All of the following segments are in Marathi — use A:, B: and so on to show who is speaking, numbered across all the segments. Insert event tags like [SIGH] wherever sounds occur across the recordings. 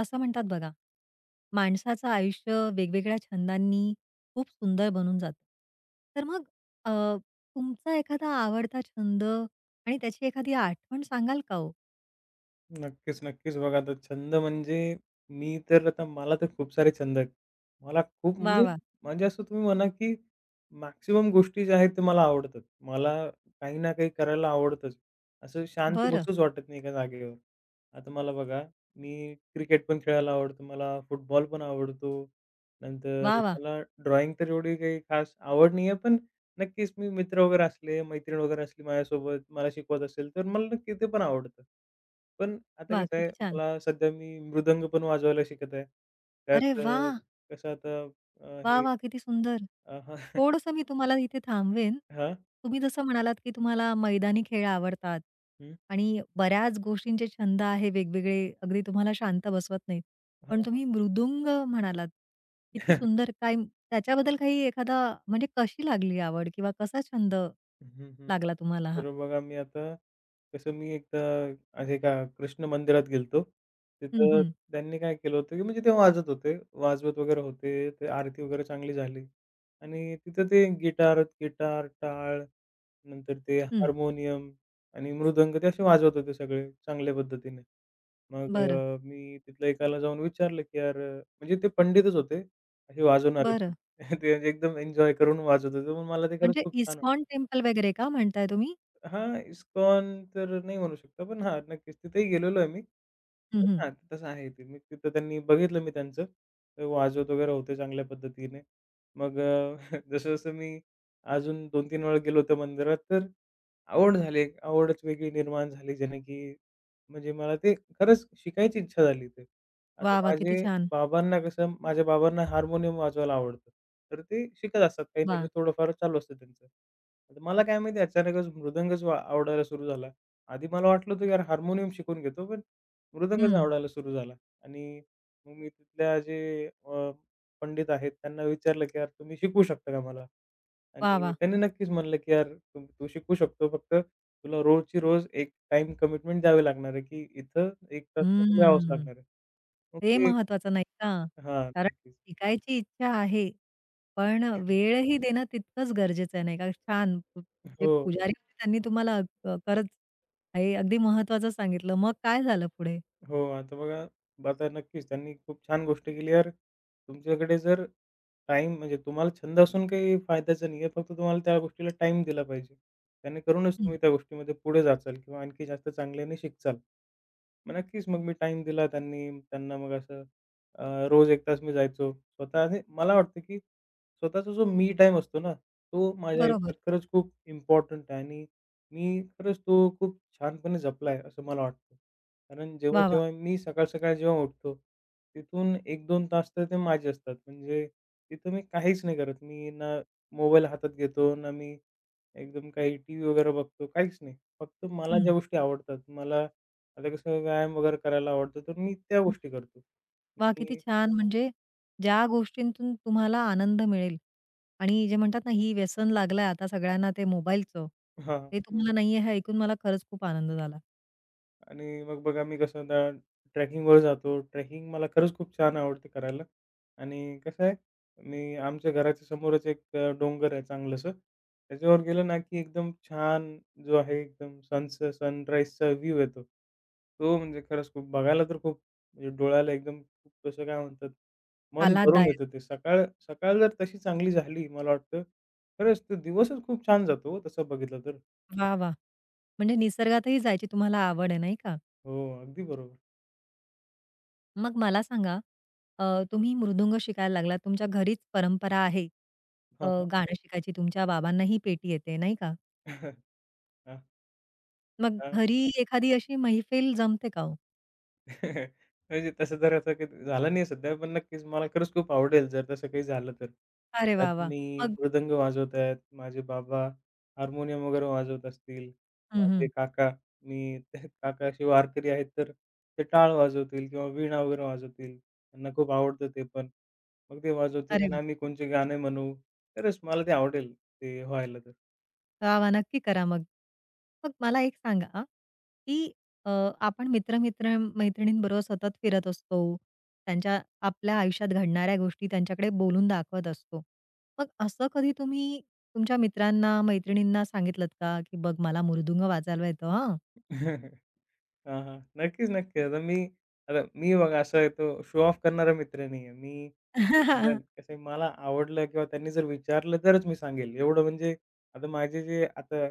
A: असं म्हणतात बघा, माणसाचं आयुष्य वेगवेगळ्या छंदांनी खूप सुंदर बनून जातं. तर मग अ, तुमचा एखादा आवडता छंद आणि त्याची एखादी आठवण सांगाल का हो?
B: नक्कीच, नक्कीच. बघा आता छंद म्हणजे मी तर आता मला तर खूप सारे छंद आहेत. मला खूप
A: वाह,
B: म्हणजे
A: वाह!
B: म्हणजे असं तुम्ही म्हणा, की मॅक्सिमम गोष्टी ज्या आहेत, ते मला आवडतात. मला काही ना काही करायला आवडतंच. असं शांत
A: बरं.
B: बसूच वाटत नाही एका जागेवर. आता मला बघा, मी क्रिकेट पण खेळायला आवडतं, मला फुटबॉल पण आवडतो. नंतर
A: वाह, वाह!
B: मला ड्रॉइंग तर एवढी काही खास आवड नाही आहे, पण नक्कीच मी मित्र वगैरे असले, मैत्रीण वगैरे असली माझ्यासोबत, मला शिकवत असेल, तर मला नक्की ते पण आवडतं. पण आता
A: वाह!
B: कसं आहे,
A: किती छान.
B: मला सध्या मी मृदंग पण वाजवायला शिकत आहे.
A: अरे
B: त्यात
A: वाह!
B: कसं आता
A: वाह!
B: हे
A: वाह! किती सुंदर.
B: हां,
A: थोडंसं मी तुम्हाला इथे थांबवेन.
B: हां,
A: तुम्ही जसं म्हणालात, की तुम्हाला मैदानी खेळ आवडतात
B: हं, हां, हां. हं,
A: आणि बऱ्याच गोष्टींचे छंद आहे वेगवेगळे, अगदी तुम्हाला शांत बसवत नाहीत. पण तुम्ही मृदुंग म्हणालात. किती
B: हं. [LAUGHS]
A: सुंदर. काय त्याच्याबद्दल काही एखादा म्हणजे कशी लागली आवड किंवा कसा छंद
B: [LAUGHS]
A: लागला तुम्हाला हा?
B: तर बघा मी आता कसं मी एकदा असे का कृष्ण मंदिरात गेलो होतो.
A: हं,
B: तिथं
A: हं.
B: त्यांनी काय केलं होतं, की म्हणजे ते वाजत होते. वाजवत वगैरे होते. ते आरती वगैरे चांगली झाली आणि तिथं ते गिटार, गिटार, टाळ, नंतर ते
A: हं.
B: हार्मोनियम आणि मृदंग ते असे वाजवत होते सगळे चांगल्या पद्धतीने. मग
A: बरं,
B: मी तिथल्या एकाला जाऊन विचारलं, की "यार" म्हणजे ते पंडितच होते, असे वाजवणारे पण.
A: बरं.
B: [LAUGHS] ते म्हणजे एकदम एन्जॉय करून वाजवत होते. मग मला ते खरंच
A: म्हणजे
B: खूप छान.
A: इस्कॉन टेम्पल वगैरे का म्हणताय तुम्ही?
B: हां, इस्कॉन तर नाही म्हणू शकत, पण हां, नक्कीच तिथेही गेलेलो आहे मी. पण
A: हं, हं.
B: हां, तसं आहे ते. मी तिथं त्यांनी बघितलं मी त्यांचं. ते वाजवत वगैरे होते चांगल्या पद्धतीने. मग [LAUGHS] जसं-जसं मी अजून 2-3 वेळा गेलो होतो मंदिरात, तर आवड झाली. एक आवडच वेगळी निर्माण झाली, ज्याने की म्हणजे मला ते खरंच शिकायची इच्छा झाली ते. आता
A: वाह! वाह! किती
B: माझे
A: छान.
B: बाबांना कसं माझ्या बाबांना हार्मोनियम वाजवायला आवडतं. तर ते शिकत असतात काही ना
A: वाह!
B: काही थोडंफार चालू असतं त्यांचं. आता मला काय माहिती अचानकच मृदंगच आवडायला सुरू झाला. आधी मला वाटलं होतं, यार हार्मोनियम शिकून घेतो, पण मृदंगच
A: हं.
B: आवडायला सुरू झाला आणि मग मी तिथल्या जे पंडित आहेत त्यांना विचारलं, की "यार तुम्ही शिकवू शकता का मला?"
A: वाह!
B: आणि
A: वाह!
B: त्यांनी नक्कीच म्हणलं, की "यार तू तू शिकू शकतो, फक्त तुला रोजची रोज एक टाईम कमिटमेंट द्यावी लागणार आहे, की इथं 1 तास तर तुला यावंच
A: हम्म.
B: लागणार आहे." मग
A: ते
B: ते
A: महत्वाचं नाही का?
B: हां,
A: कारण
B: नक्कीच.
A: शिकायची इच्छा आहे, पण
B: [LAUGHS]
A: वेळही देणं तितकंच गरजेचं आहे, नाही का? छान. पु- जे
B: हो.
A: पुजारी होते त्यांनी तुम्हाला खरंच हे अगदी महत्वाचं सांगितलं. मग काय झालं पुढे?
B: हो, आता बघा, आता नक्कीच त्यांनी खूप छान गोष्ट केली यार. तुमच्याकडे जर टाईम म्हणजे तुम्हाला छंद असून काही फायद्याचं नाही आहे. फक्त तुम्हाला त्या गोष्टीला टाईम दिला पाहिजे. त्याने करूनच
A: हं.
B: तुम्ही त्या गोष्टीमध्ये पुढे जाचाल किंवा आणखी जास्त चांगल्याने शिकचाल. मग नक्कीच मग मी टाईम दिला त्यांनी त्यांना मग असं अ, रोज 1 तास मी जायचो. स्वतः आणि मला वाटतं की स्वतःचा जो मी टाइम असतो ना, तो माझ्या
A: बरोबर.
B: आयुष्यात खरंच खूप इम्पॉर्टंट आहे आणि मी खरंच तो खूप छानपणे जपला आहे, असं मला वाटतं. कारण
A: वाह,
B: जेव्हा-जेव्हा
A: वाह!
B: मी सकाळ-सकाळी जेव्हा उठतो, तिथून एक 2 तास तर ते माझे असतात. म्हणजे तिथं मी काहीच नाही करत. मी ना मोबाईल हातात घेतो, ना मी एकदम काही टीव्ही वगैरे बघतो, काहीच नाही. फक्त मला
A: हं,
B: ज्या गोष्टी आवडतात, मला आता कसं व्यायाम वगैरे करायला आवडतं, तर मी त्या
A: हं.
B: गोष्टी करतो.
A: वाह! किती
B: मी
A: छान. म्हणजे ज्या गोष्टींतून तुम्हाला आनंद मिळेल आणि जे म्हणतात ना, ही व्यसन लागलंय आता सगळ्यांना ते मोबाईलचं,
B: हां.
A: ते तुम्हाला नाहीये हे ऐकून मला खरंच खूप आनंद झाला.
B: आणि मग बघा मी कसं आता ट्रेकिंगवर जातो. ट्रेकिंग मला खरंच खूप छान आवडते करायला आणि कसं आहे, मी आमच्या घराच्या समोरच एक डोंगर आहे चांगलंसं. त्याच्यावर गेलं ना, की एकदम छान जो आहे एकदम सनचं सनराईजचा व्ह्यू येतो. तो म्हणजे खरंच खूप बघायला तर खूप म्हणजे डोळ्याला एकदम खूप कसं काय म्हणतात, मन भरून
A: आल्हाददायक.
B: येतं ते. सकाळ सकाळ जर तशी चांगली झाली मला वाटतं, खरंच तो दिवसच खूप छान जातो हो तसं बघितलं तर.
A: वाह, वाह! म्हणजे निसर्गातही जायची तुम्हाला आवड आहे, नाही का?
B: हो, अगदी बरोबर.
A: मग मला सांगा, अ, तुम्ही मृदुंग शिकायला लागलात. तुमच्या घरीच परंपरा आहे
B: हां, हां.
A: गाणं शिकायची. तुमच्या बाबांनाही पेटी येते, नाही का?
B: [LAUGHS]
A: मग
B: हां,
A: घरी
B: हां.
A: एखादी अशी मैफिल जमते का हो?
B: [LAUGHS] म्हणजे तसं तर आता काही झालं नाही सध्या, पण नक्कीच मला खरंच खूप आवडेल जर तसं काही झालं तर.
A: अरे वाह,
B: त्यात
A: वाह!
B: मी
A: मग
B: मृदंग वाजवत आहेत, माझे बाबा हार्मोनियम वगैरे वाजवत असतील,
A: हं,
B: माझे
A: हं.
B: काका मी [LAUGHS] काका असे वारकरी आहेत, तर ते टाळ वाजवतील किंवा वीणा वगैरे वाजवतील. त्यांना खूप आवडतं ते पण. मग ते वाजवतील
A: अरे
B: आणि
A: वाह!
B: आम्ही कोणचे गाणे म्हणू. खरंच मला ते आवडेल ते व्हायला.
A: वाह, वाह! नक्की करा मग. मग मला एक सांगा, की अ, आपण मित्र-मित्र मैत्रिणींबरोबर सतत फिरत असतो. त्यांच्या आपल्या आयुष्यात घडणाऱ्या गोष्टी त्यांच्याकडे बोलून दाखवत असतो. मग असं कधी तुम्ही तुमच्या मित्रांना, मैत्रिणींना सांगितलंत का, की "बघ मला मृदुंग वाजवायला येतो हां."
B: [LAUGHS] हां, हां. नक्कीच, नक्कीच. आता मी आता मी बघा असा तो शो ऑफ करणारा मित्र नाही आहे. मी जर
A: [LAUGHS]
B: कसं आहे मला आवडलं किंवा त्यांनी जर विचारलं तरच मी सांगेल. एवढं म्हणजे आता माझे जे आता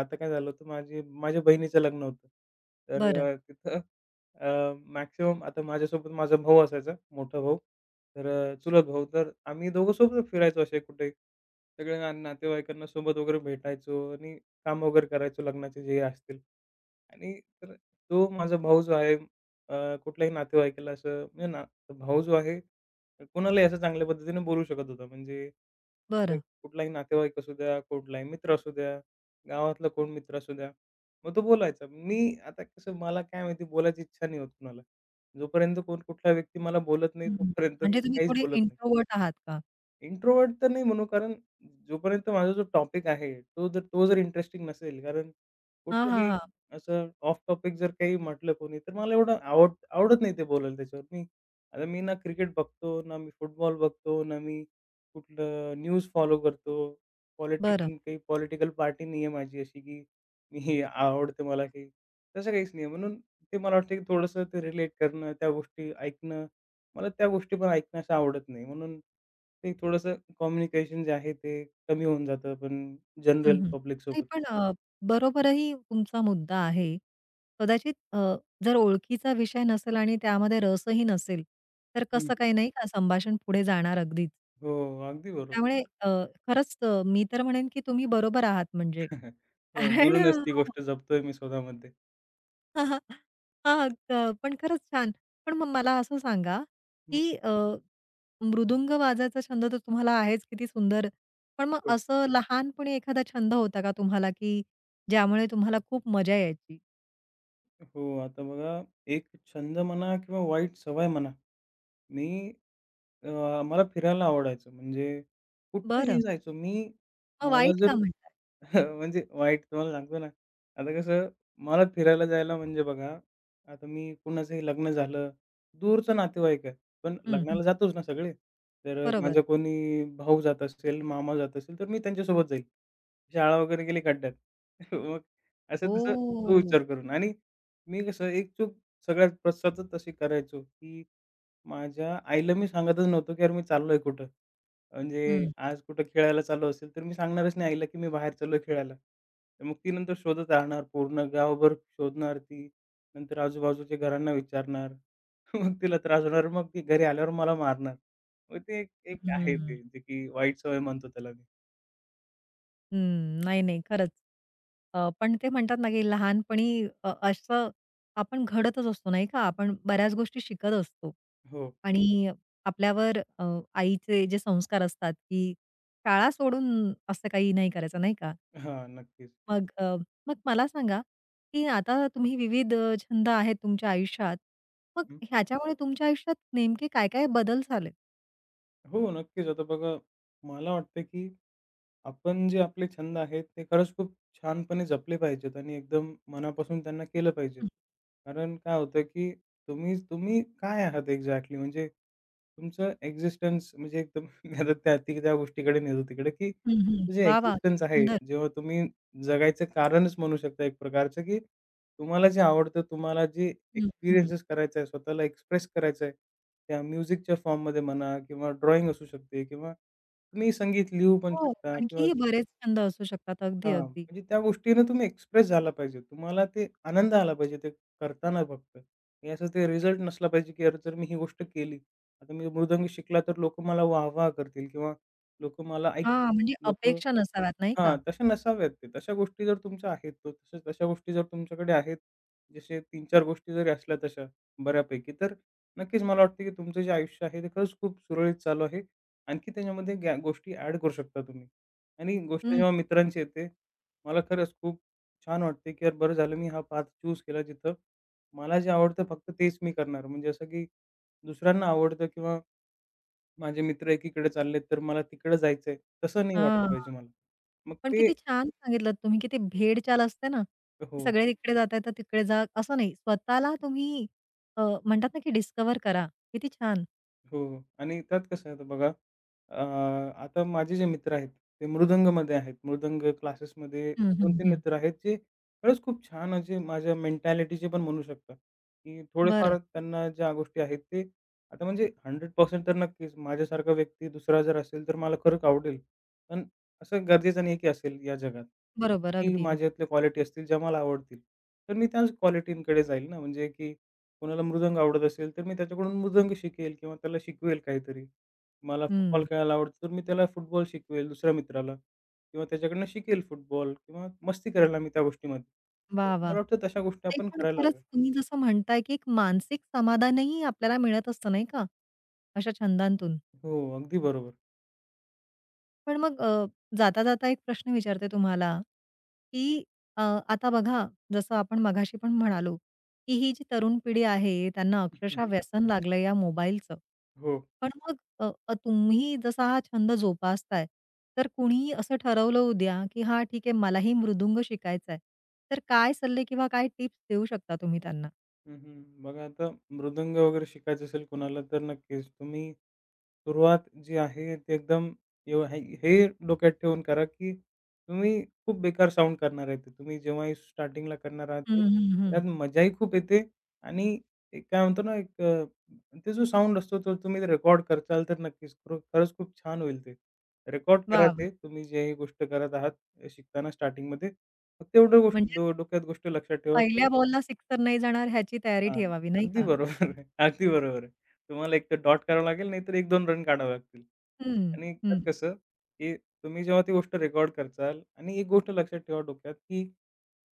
B: आता काय झालं होतं माझ्या बहिणीचं लग्न होतं. तर
A: बरं,
B: तिथं मॅक्सिमम आता माझ्यासोबत माझा भाऊ असायचा, मोठा भाऊ. तर चुलत भाऊ. तर आम्ही दोघं सोबत फिरायचो असे कुठे. सगळ्या नातेवाईकांना सोबत वगैरे भेटायचो आणि काम वगैरे करायचो लग्नाचे जे असतील. आणि तर तो माझा भाऊ जो आहे कुठल्याही नातेवाईकाला असं म्हणजे ना भाऊ जो आहे कोणालाही असं चांगल्या पद्धतीने बोलू शकत होता. म्हणजे ते
A: बरं.
B: कुठलाही नातेवाईक असू द्या, कुठलाही मित्र असू द्या, गावातला कोण मित्र असू द्या. मग तो बोलायचा. मी आता कसं मला काय माहिती बोलायची इच्छा नाही होत कुणाला. जोपर्यंत कोण कुठला व्यक्ती मला बोलत नाही,
A: हं.
B: तोपर्यंत मी
A: म्हणजे तुम्ही
B: काहीच
A: थोडे
B: बोलत नाही.
A: इंट्रोव्हर्ट आहात का?
B: इंट्रोवर्ट तर नाही म्हणू, कारण जोपर्यंत माझा जो टॉपिक आहे, तो जर इंटरेस्टिंग नसेल, कारण
A: हां, हां,
B: कुठलंही
A: हां.
B: असं ऑफ टॉपिक जर काही म्हटलं कोणी, तर मला एवढं आवडत नाही ते बोलायला त्याच्यावर. मी आता मी ना क्रिकेट बघतो, ना मी फुटबॉल बघतो, ना मी कुठलं न्यूज फॉलो करतो.
A: बरं.
B: पॉलिटिशियन काही पॉलिटिकल पार्टी नाही आहे माझी अशी, की मी [LAUGHS] आवडते मला काही. तसं काहीच नाही म्हणून ते मला वाटतं, की थोडंसं ते रिलेट करणं, त्या गोष्टी ऐकणं मला त्या गोष्टी पण ऐकण्यास आवडत नाही. म्हणून ते थोडंसं कम्युनिकेशन जे आहे ते कमी होऊन जातं पण
A: हं,
B: जनरल
A: हं. नाही
B: पब्लिकसोबत.
A: पण बरोबरही तुमचा मुद्दा आहे. कदाचित जर ओळखीचा विषय नसेल आणि त्यामध्ये रसही नसेल, तर
B: हं.
A: कसं काही नाही का संभाषण पुढे जाणार अगदीच.
B: हो, अगदी
A: त्यामुळे
B: बरोबर.
A: खरंच मी तर म्हणेन की तुम्ही बरोबर आहात म्हणजे.
B: [LAUGHS] हो,
A: कारण
B: म्हणूनच ती
A: हो.
B: गोष्ट जपतोय मी स्वतःमध्ये.
A: [LAUGHS] हां, हां. पण खरंच छान. पण मग मला असं सांगा,
B: हं.
A: की मृदुंग वाजायचा छंद तर तुम्हाला आहेच किती सुंदर. पण मग
B: हो,
A: असं लहानपणी एखादा छंद होता का तुम्हाला, की ज्यामुळे तुम्हाला खूप मजा यायची?
B: हो. आता बघा एक छंद म्हणा किंवा वाईट सवय म्हणा, मी मला फिरायला आवडायचं म्हणजे कुठेही
A: बरं.
B: जायचो मी.
A: मग
B: मला
A: वाईट का
B: जर
A: म्हणताय?
B: [LAUGHS] म्हणजे वाईट तुम्हाला सांगतो ना, आता कसं मला फिरायला जायला म्हणजे बघा, आता मी कुणाचंही लग्न झालं, दूरचा नातेवाईक आहे, पण
A: हं, हं.
B: लग्नाला जातोच ना सगळे. तर
A: बरोबर.
B: माझा कोणी भाऊ जात असेल, मामा जात असेल, तर मी त्यांच्यासोबत जाईल. शाळा वगैरे गेली खड्ड्यात. [LAUGHS] मग असं-तसं तो
A: ओह!
B: विचार करून आणि मी कसं एक चूक सगळ्यात सतत अशी करायचो, की माझ्या आईला मी सांगतच नव्हतो, की "अरे, मी चाललोय कुठं." म्हणजे
A: हं,
B: आज कुठं खेळायला चाललो असेल, तर मी सांगणारच नाही आईला, की मी बाहेर चाललोय खेळायला. तर मग ती नंतर शोधत राहणार, पूर्ण गावभर शोधणार ती. नंतर आजूबाजूच्या घरांना विचारणार. [LAUGHS] मग तिला त्रास होणार. मग ती घरी आल्यावर मला मारणार. मग ते एक एक आहे
A: हं,
B: ते, जे की वाईट सवय म्हणतो त्याला मी.
A: हं. नाही, नाही. खरंच. पण ते म्हणतात ना, की लहानपणी असं आपण घडतच असतो नाही का? आपण बऱ्याच गोष्टी शिकत असतो.
B: हो.
A: आणि आपल्यावर आईचे जे संस्कार असतात, की शाळा सोडून असं काही नाही करायचं नाही का?
B: हां, नक्कीच.
A: मग मग मला सांगा, की आता तुम्ही विविध छंद आहेत तुमच्या आयुष्यात. मग
B: हं.
A: ह्याच्यामुळे तुमच्या आयुष्यात नेमके काय-काय बदल झालेत?
B: हो, नक्कीच. आता बघा, मला वाटतं, की आपण जे आपले छंद आहेत, ते खरंच खूप छानपणे जपले पाहिजेत आणि एकदम मनापासून त्यांना केलं पाहिजे.
A: हं,
B: कारण काय होतं, की तुम्ही तुम्ही काय आहात एक्झॅक्टली म्हणजे तुमचं एक्झिस्टन्स म्हणजे एकदम [LAUGHS] मी आता त्या गोष्टीकडे नेतो तिकडे, की
A: हं, हं.
B: तुमचं जे
A: वाह! वाह!
B: एक्झिस्टन्स आहे,
A: सुंदर.
B: जेव्हा तुम्ही जगायचं कारणच म्हणू शकता एक प्रकारचं, की तुम्हाला जे आवडतं, तुम्हाला जे
A: हं, हं.
B: एक्सपिरियन्सेस करायचा आहे, स्वतःला एक्सप्रेस करायचं आहे, त्या म्युझिकच्या फॉर्ममध्ये म्हणा किंवा ड्रॉइंग असू शकते किंवा तुम्ही संगीत लिहू पण
A: हो,
B: शकता किंवा
A: आणखीही बरेच छंद असू शकतात. अगदी,
B: हां,
A: अगदी.
B: म्हणजे त्या गोष्टीने तुम्ही एक्सप्रेस झाला पाहिजे. तुम्हाला ते आनंद आला पाहिजे ते करताना फक्त. हे असं ते रिझल्ट नसला पाहिजे, की अरे जर मी ही गोष्ट केली, आता मी मृदंग शिकला तर लोकं मला वाह-वाह करतील किंवा लोकं मला
A: हां,
B: ऐकतील.
A: म्हणजे
B: लोकं
A: अपेक्षा नसाव्यात नाही
B: हां,
A: का?
B: तशा नसाव्यात ते. तशा गोष्टी जर तुमच्या आहेत, तर तशा तशा गोष्टी जर तुमच्याकडे आहेत, जसे 3-4 गोष्टी जरी असल्या तशा बऱ्यापैकी, तर नक्कीच मला वाटतं की तुमचं जे आयुष्य आहे, ते खरंच खूप सुरळीत चालू आहे. आणखी त्याच्यामध्ये ग्या गोष्टी ॲड करू शकता तुम्ही. आणि गोष्ट
A: हं.
B: जेव्हा मित्रांची येते, मला खरंच खूप छान वाटते की यार बरं झालं मी हा पाथ चूज केला जिथं मला जे आवडतं फक्त तेच मी करणार. म्हणजे असं की दुसऱ्यांना आवडतं किंवा माझे मित्र एकीकडे चाललेत, तर मला तिकडे जायचंय, तसं नाही वाटलं
A: हां,
B: पाहिजे मला. मग
A: पण
B: ते
A: किती छान सांगितलत तुम्ही, की ते भेडचाल असते ना, की
B: हो,
A: सगळे तिकडे जातायत तर तिकडे जा, असं नाही. स्वतःला तुम्ही म्हणतात ना, की डिस्कव्हर करा. किती छान.
B: हो. आणि त्यात कसं आहे आता बघा, अ, आता माझे जे मित्र आहेत, ते मृदंगमध्ये आहेत. मृदंग क्लासेसमध्ये
A: हं, हं,
B: 2-3
A: हं.
B: मित्र आहेत, जे खरंच खूप छान असे माझ्या मेंटॅलिटीचे पण म्हणू शकता, की थोडेफार
A: बरं.
B: त्यांना ज्या गोष्टी आहेत ते आता म्हणजे 100% तर नक्कीच माझ्यासारखा व्यक्ती दुसरा जर असेल, तर मला खरंच आवडेल. पण असं गरजेचं नाही की असेल या जगात.
A: बरोबर.
B: काही
A: अगदी, अगदी.
B: माझ्यातल्या क्वालिटी असतील ज्या मला आवडतील, तर मी त्याच क्वालिटींकडे जाईल ना. म्हणजे की कोणाला मृदंग आवडत असेल, तर मी त्याच्याकडून मृदंग शिकेल किंवा त्याला शिकवेल काहीतरी. मला फुटबॉल
A: हं.
B: खेळायला आवडतो, तर मी त्याला फुटबॉल शिकवेल दुसऱ्या मित्राला किंवा त्याच्याकडनं शिकेल फुटबॉल किंवा मस्ती करायला मी त्या गोष्टीमध्ये. तर
A: वा, वा,
B: मला वाटतं तशा गोष्टी
A: नाही
B: आपण
A: पण
B: करायला
A: खरंच
B: हव्या.
A: तुम्ही जसं म्हणताय, की एक मानसिक समाधानही आपल्याला मिळत असतं नाही का, अशा छंदांतून?
B: हो, अगदी बरोबर.
A: पण मग जाता-जाता एक प्रश्न विचारते तुम्हाला, की अ, आता बघा, जसं आपण मघाशी पण म्हणालो, की ही जी तरुण पिढी आहे, त्यांना
B: हं,
A: अक्षरशः व्यसन लागलं या मोबाईलचं.
B: हो.
A: पण मग अ, अ, तुम्ही जसा हा छंद जोपासताय, तर कुणीही असं ठरवलं उद्या, की "हां, ठीक आहे, मलाही मृदुंग शिकायचा आहे." तर काय सल्ले किंवा काय टिप्स देऊ शकता तुम्ही त्यांना?
B: हं, हं. बघा आता मृदंग वगैरे शिकायचं असेल कोणाला तर नक्कीच तुम्ही सुरुवात जी आहे ती एकदम एव हे हे डोक्यात ठेवून करा, की तुम्ही खूप बेकार साउंड करणार आहे ते. तुम्ही जेव्हाही स्टार्टिंगला करणार आहात
A: हं,
B: ते,
A: हं,
B: त्यात
A: हं.
B: मजाही खूप येते आणि एक काय म्हणतो ना, एक ते जो साउंड असतो तो तुम्ही रेकॉर्ड करचाल तर नक्कीच खरंच खूप छान होईल ते. रेकॉर्ड
A: वाह!
B: करा
A: वाह!
B: ते तुम्ही जे ही गोष्ट करत आहात शिकताना स्टार्टिंगमध्ये. फक्त एवढं गोष्ट
A: म्हणजे
B: डोक्यात गोष्ट लक्षात ठेवा,
A: पहिल्या बॉलला सिक्सर नाही जाणार ह्याची तयारी
B: हां.
A: ठेवावी, नाही
B: अगदी
A: का?
B: बरोबर आहे. अगदी बरोबर आहे. तुम्हाला एक तर डॉट करावं लागेल, नाहीतर एक दोन रन काढावे लागतील.
A: हं,
B: आणि त्यात
A: हं.
B: कसं, की तुम्ही जेव्हा ती गोष्ट रेकॉर्ड करचाल आणि एक गोष्ट लक्षात ठेवा डोक्यात, की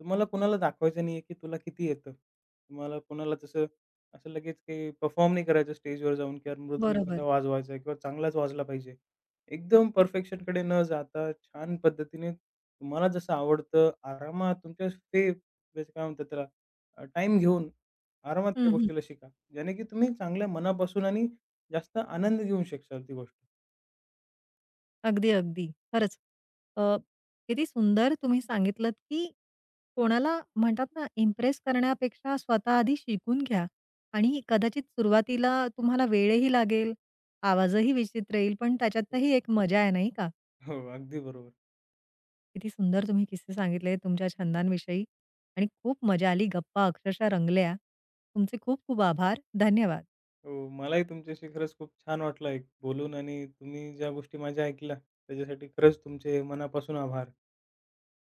B: तुम्हाला कोणाला दाखवायचं नाहीये, की तुला किती येतं. तुम्हाला कोणाला तसं असं लगेच काही परफॉर्म नाही करायचं स्टेजवर जाऊन, की यार मृदंग कसा
A: बरोबर.
B: वाजवायचा किंवा चांगलाच वाजला पाहिजे. एकदम परफेक्शनकडे न जाता छान पद्धतीने तुम्हाला जसं आवडतं आरामात तुमच्या ते काय म्हणतात त्याला टाईम घेऊन आरामात त्या
A: हं, हं.
B: गोष्टीला शिका. ज्याने की तुम्ही चांगल्या मनापासून आणि जास्त आनंद घेऊ शकाल ती गोष्ट.
A: अगदी, अगदी. खरंच. अ, किती सुंदर तुम्ही सांगितलत, की कोणाला म्हणतात ना, इम्प्रेस करण्यापेक्षा स्वतः आधी शिकून घ्या आणि कदाचित सुरुवातीला तुम्हाला वेळही लागेल, आवाजही विचित्र येईल, पण त्याच्यातही एक मजा आहे, नाही का?
B: हो, अगदी बरोबर.
A: किती सुंदर तुम्ही किस्से सांगितले तुमच्या छंदांविषयी आणि खूप मजा आली. गप्पा अक्षरशः रंगल्या. तुमचे खूप खूप आभार. धन्यवाद.
B: हो, मलाही तुमच्याशी खरंच खूप छान वाटलं एक बोलून आणि तुम्ही ज्या गोष्टी माझ्या ऐकल्या त्याच्यासाठी खरंच तुमचे मनापासून आभार.